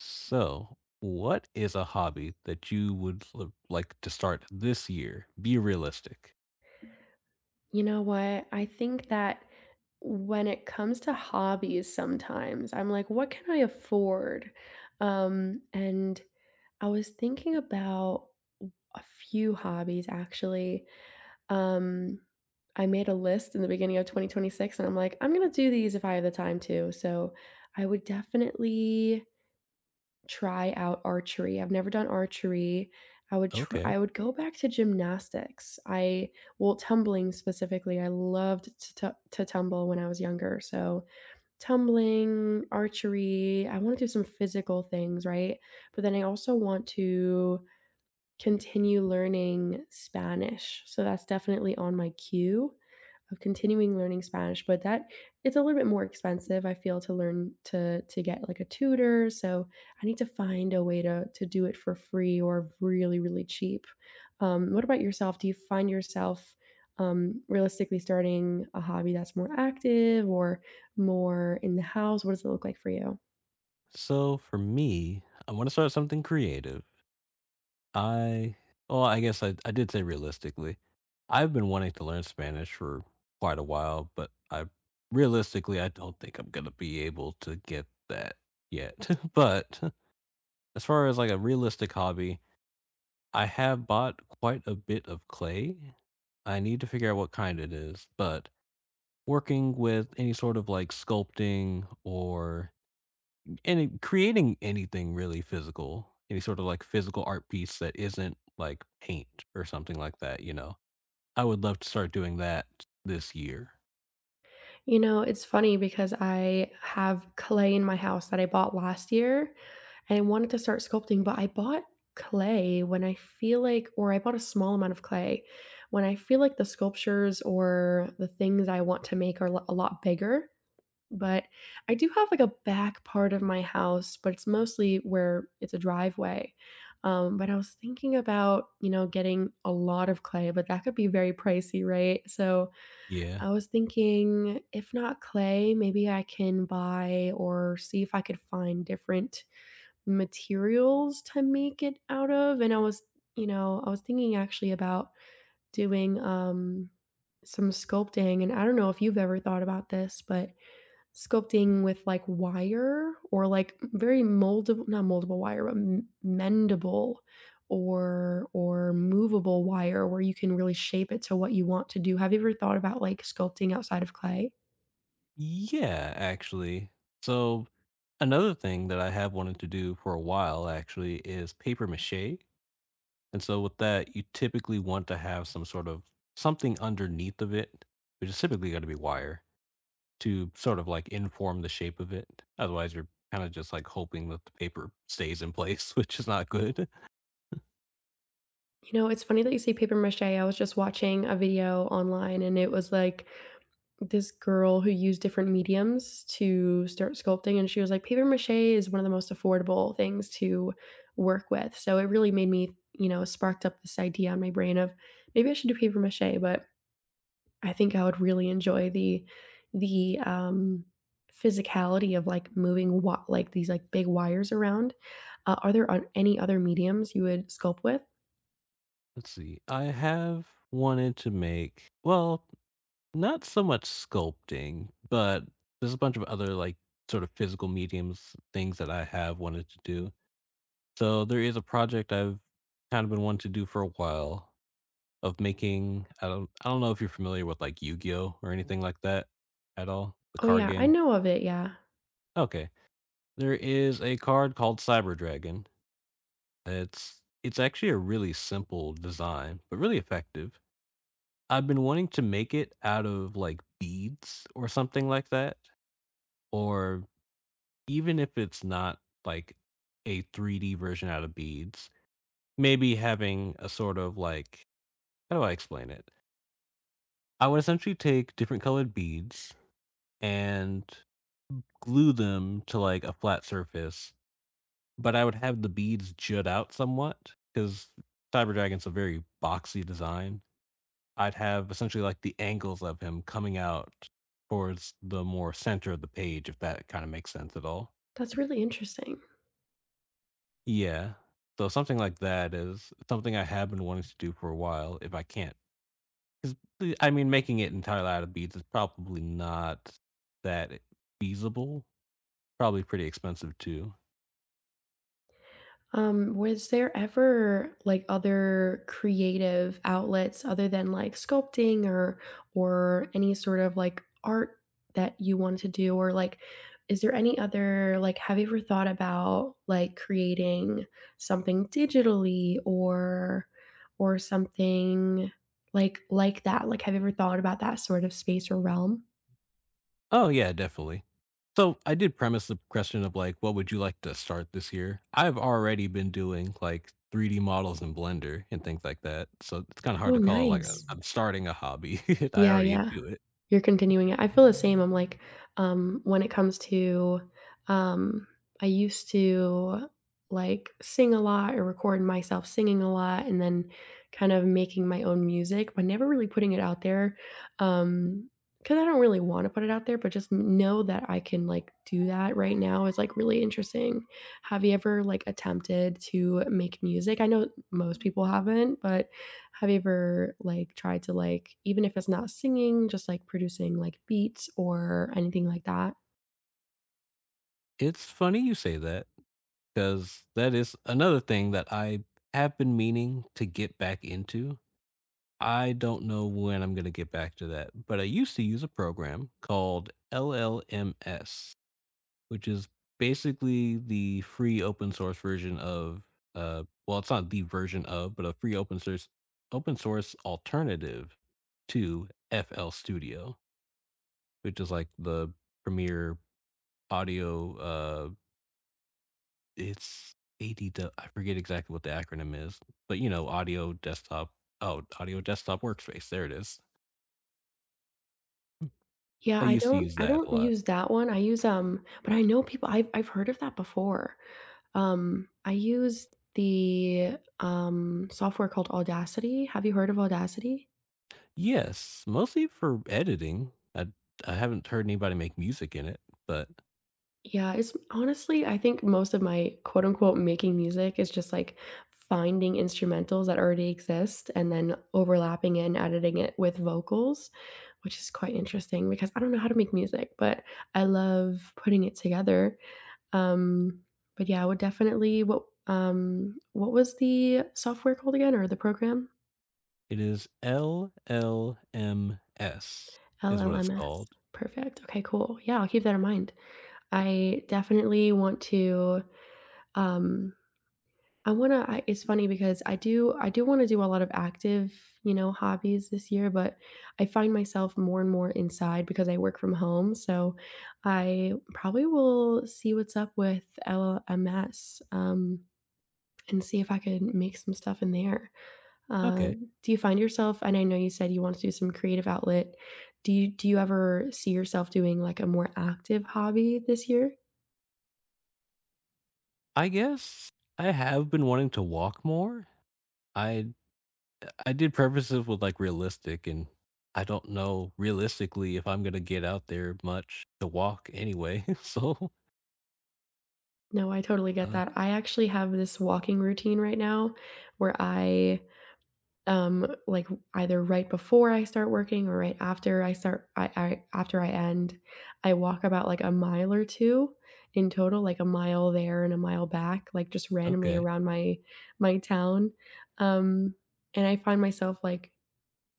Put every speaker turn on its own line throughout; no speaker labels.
So, what is a hobby that you would like to start this year? Be realistic.
You know what? I think that when it comes to hobbies sometimes, I'm like, what can I afford? And I was thinking about a few hobbies actually. Um, I made a list in the beginning of 2026 and I'm like, I'm gonna do these if I have the time to. So I would definitely try out archery. I've never done archery.
Okay.
I would go back to gymnastics. I well, tumbling specifically. I loved to tu to tumble when I was younger, so tumbling, archery. I wanna do some physical things, right? But then I also want to continue learning Spanish, so that's definitely on my queue of continuing learning Spanish, but that it's a little bit more expensive, I feel, to learn to get like a tutor. So I need to find a way to do it for free or really, really cheap. What about yourself? Do you find yourself realistically starting a hobby that's more active or more in the house? What does it look like for you?
So, for me, I want to start something creative. I, well, I guess I did say realistically. I've been wanting to learn Spanish for quite a while, but I realistically, I don't think I'm going to be able to get that yet. But as far as like a realistic hobby, I have bought quite a bit of clay. I need to figure out what kind it is, but working with any sort of like sculpting or any creating anything really physical, any sort of like physical art piece that isn't like paint or something like that. I would love to start doing that this year.
You know, it's funny because I have clay in my house that I bought last year. I wanted to start sculpting, but I bought clay when I feel like or I bought a small amount of clay when I feel like the sculptures or the things I want to make are a lot bigger. But I do have like a back part of my house, but it's mostly where it's a driveway. But I was thinking about, you know, getting a lot of clay, but that could be very pricey, right? So
Yeah.
I was thinking if not clay, maybe I can buy or see if I could find different materials to make it out of. And I was, you know, I was thinking actually about doing some sculpting, and I don't know if you've ever thought about this, but sculpting with like wire or like very moldable not moldable wire but mendable or movable wire where you can really shape it to what you want to do. Have you ever thought about like sculpting outside of clay?
Yeah, actually. So another thing that I have wanted to do for a while actually is paper mache. And so with that, you typically want to have some sort of something underneath of it, which is typically going to be wire to sort of like inform the shape of it. Otherwise, you're kind of just like hoping that the paper stays in place, which is not good.
You know, it's funny that you say paper mache. I was just watching a video online and it was like this girl who used different mediums to start sculpting, and she was like, paper mache is one of the most affordable things to work with. So it really made me, you know, sparked up this idea in my brain of maybe I should do paper mache. But I think I would really enjoy the the, um, physicality of, like, moving wa like, these, like, big wires around. Are there on any other mediums you would sculpt with?
Let's see. I have wanted to make, well, not so much sculpting, but there's a bunch of other like sort of physical mediums things that I have wanted to do. So there is a project I've kind of been wanting to do for a while of making I don't know if you're familiar with like Yu-Gi-Oh or anything like that at all, the
Oh,
card
yeah, I
game.
know of it, yeah.
Okay. There is a card called Cyber Dragon. It's actually a really simple design, but really effective. I've been wanting to make it out of like beads or something like that or even if it's not like a 3D version out of beads, maybe having a sort of like how do I explain it? I would essentially take different colored beads and glue them to like a flat surface, but I would have the beads jut out somewhat because Cyber Dragon's a very boxy design. I'd have essentially like the angles of him coming out towards the more center of the page, if that kind of makes sense at all.
That's really interesting.
Yeah. So something like that is something I have been wanting to do for a while if I can't. 'Cause the I mean, making it entirely out of beads is probably not that feasible, probably pretty expensive too.
Was there ever, like, other creative outlets other than, like, sculpting or any sort of, like, art that you wanted to do? Or, like, is there any other like, have you ever thought about, like, creating something digitally or something like that? Like, have you ever thought about that sort of space or realm?
Oh, yeah, definitely. So I did premise the question of like, what would you like to start this year? I've already been doing like 3D models in Blender and things like that. So it's kind of hard
Oh,
to call it like a,
nice.
I'm starting a hobby. I
Yeah,
already
yeah.
do it.
You're continuing it. I feel the same. I'm like, when it comes to, um, I used to like sing a lot or record myself singing a lot and then kind of making my own music, but never really putting it out there. Um, because I don't really want to put it out there, but just know that I can like do that right now is like really interesting. Have you ever like attempted to make music? I know most people haven't, but have you ever, like, tried to, like even if it's not singing, just, like, producing, like, beats or anything like that?
It's funny you say that because that is another thing that I have been meaning to get back into. I don't know when I'm going to get back to that, but I used to use a program called LLMS, which is basically the free open source version of well, it's not the version of but a free open source alternative to FL Studio, which is like the premier audio it's ADW, I forget exactly what the acronym is, but you know, audio desktop, oh, audio desktop workspace, there it is.
Yeah,
I used to use
I
that a
don't
lot.
use that one. I use, but I know people I've heard of that before. I use the, software called Audacity. Have you heard of Audacity?
Yes, mostly for editing. I haven't heard anybody make music in it, but
Yeah, it's honestly, I think most of my quote unquote making music is just like finding instrumentals that already exist and then overlapping it and editing it with vocals, which is quite interesting because I don't know how to make music, but I love putting it together. Um, but yeah, I would definitely what was the software called again or the program?
it is LLMS is what it's
LLMS.
called.
Perfect. Okay, cool. Yeah, I'll keep that in mind. I definitely want to um I it's funny because I do wanna do a lot of active, you know, hobbies this year, but I find myself more and more inside because I work from home, so I probably will see what's up with LMS, and see if I could make some stuff in there. Uh,
Okay.
do you find yourself and I know you said you want to do some creative outlet, do you ever see yourself doing, like, a more active hobby this year?
I guess I have been wanting to walk more. I I did preface it with, like, realistic, and I don't know realistically if I'm gonna get out there much to walk anyway, so,
No, I totally get
uh,
that. I actually have this walking routine right now where I like either right before I start working or right after I after I end, I walk about like a mile or two in total, like a mile there and a mile back, like just randomly
okay.
around my town. Um and I find myself like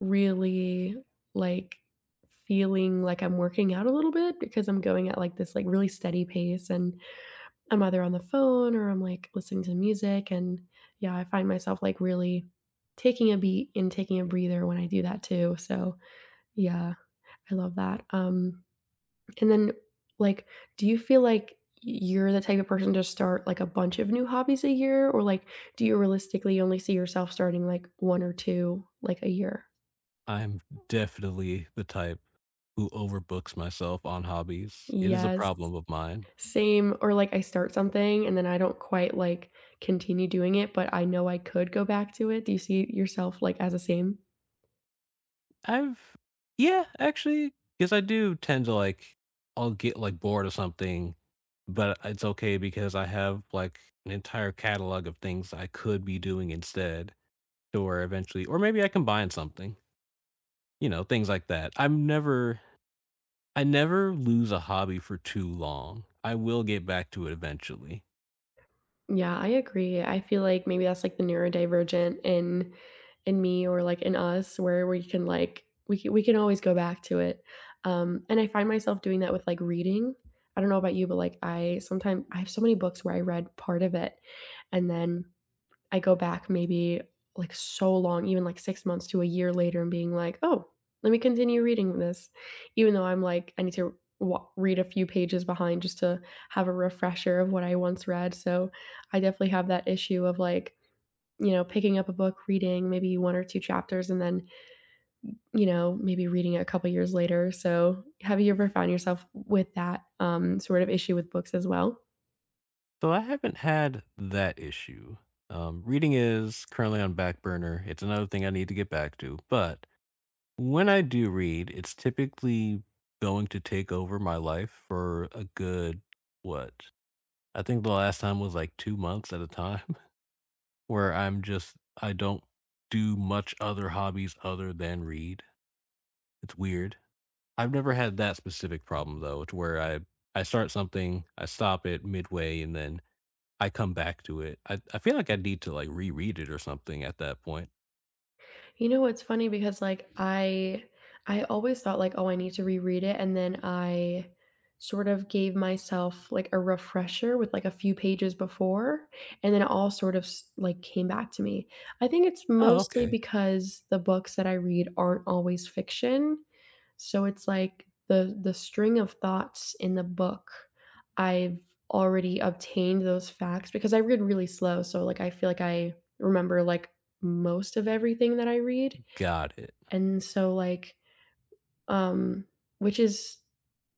really like feeling like I'm working out a little bit because I'm going at like this like really steady pace, and I'm either on the phone or I'm like listening to music. And yeah, I find myself like really taking a beat and taking a breather when I do that too. So yeah, I love that. And then like, do you feel like you're the type of person to start like a bunch of new hobbies a year, or like do you realistically only see yourself starting like one or two like a year?
I'm definitely the type who overbooks myself on hobbies. It is a
Yes.
problem of mine.
Same, or like I start something and then I don't quite like continue doing it, but I know I could go back to it. Do you see yourself like as the same?
I've Yeah, actually, because I do tend to, like, I'll get, like, bored of something, but it's okay because I have, like, an entire catalog of things I could be doing instead or eventually, or maybe I combine something, you know, things like that. I never lose a hobby for too long. I will get back to it eventually.
Yeah, I agree. I feel like maybe that's like the neurodivergent in me or like in us where we can we can always go back to it. And I find myself doing that with like reading. I don't know about you, but like I sometimes I have so many books where I read part of it and then I go back maybe like so long, even like 6 months to a year later and being like, "Oh, let me continue reading this," even though I'm like, I need to wa read a few pages behind just to have a refresher of what I once read, so I definitely have that issue of, like, you know, picking up a book, reading maybe 1 or 2 chapters, and then, you know, maybe reading it a couple years later. So have you ever found yourself with that, sort of issue with books as well?
So I haven't had that issue. Reading is currently on back burner. It's another thing I need to get back to, but when I do read, it's typically going to take over my life for a good what? I think the last time was like 2 months at a time, where I don't do much other hobbies other than read. It's weird. I've never had that specific problem though, to where I start something, I stop it midway, and then I come back to it. I feel like I need to like reread it or something at that point.
You know what's funny because I always thought like, "Oh, I need to reread it," and then I sort of gave myself like a refresher with like a few pages before, and then it all sort of like came back to me. I think it's
Oh,
mostly
okay.
because the books that I read aren't always fiction. So it's like the string of thoughts in the book, I've already obtained those facts because I read really slow. So like I feel like I remember like most of everything that I read.
Got it.
And so like um which is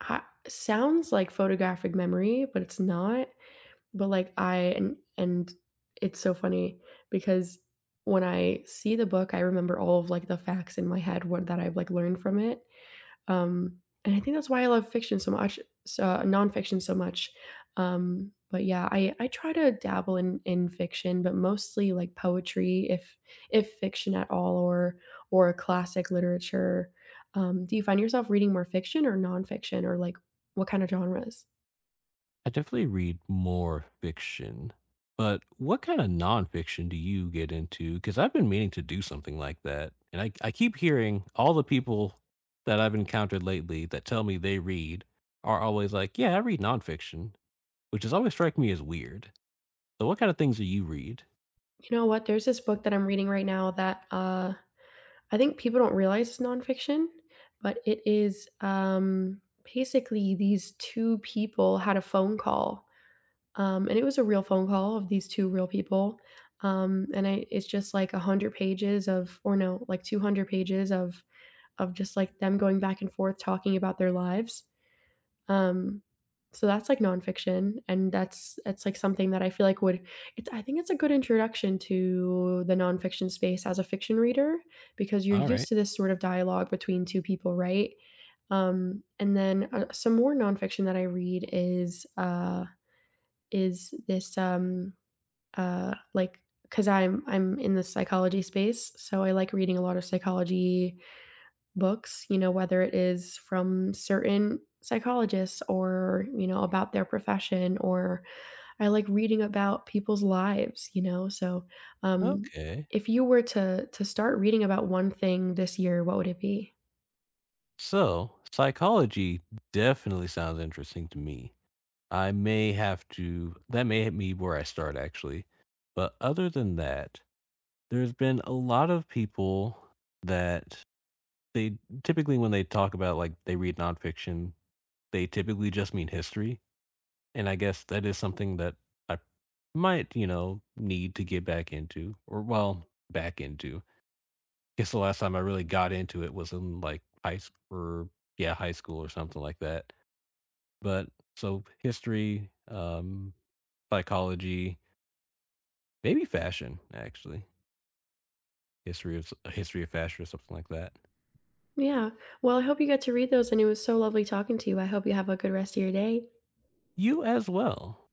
sounds like photographic memory, but it's not. But like I and it's so funny because when I see the book, I remember all of like the facts in my head what that I've like learned from it. Um, and I think that's why I love fiction so much, so nonfiction so much. But yeah, I try to dabble in fiction, but mostly like poetry, if fiction at all, or classic literature. Do you find yourself reading more fiction or nonfiction, or like what kind of genres?
I definitely read more fiction, but what kind of nonfiction do you get into? Because I've been meaning to do something like that. And I keep hearing all the people that I've encountered lately that tell me they read are always like, yeah, I read nonfiction, which has always struck me as weird. So, what kind of things do you read?
You know what? There's this book that I'm reading right now that I think people don't realize is nonfiction, but it is basically these two people had a phone call. And it was a real phone call of these 2 real people, and I it's just like 100 pages of or no, like 200 pages of just, like, them going back and forth talking about their lives. Um, so that's, like, nonfiction, and like, something that I feel like would it's I think it's a good introduction to the nonfiction space as a fiction reader because you're
All
used
right.
to this sort of dialogue between 2 people, right? And then, some more nonfiction that I read is, this, like because I'm in the psychology space, so I like reading a lot of psychology books. You know, whether it is from certain psychologists or you know about their profession, or I like reading about people's lives. You know, so um,
Okay.
if you were to start reading about one thing this year, what would it be?
So, psychology definitely sounds interesting to me. I may have to, that may hit me where I start actually. But other than that, there's been a lot of people that they typically when they talk about, like, they read nonfiction, they typically just mean history, and I guess that is something that I might, you know, need to get back into, or well, back into. I guess the last time I really got into it was in, like, high school, or yeah, high school or something like that. But so history, psychology, maybe fashion, actually. History of s history of fashion or something like that.
Yeah. Well, I hope you get to read those, and it was so lovely talking to you. I hope you have a good rest of your day.
You as well.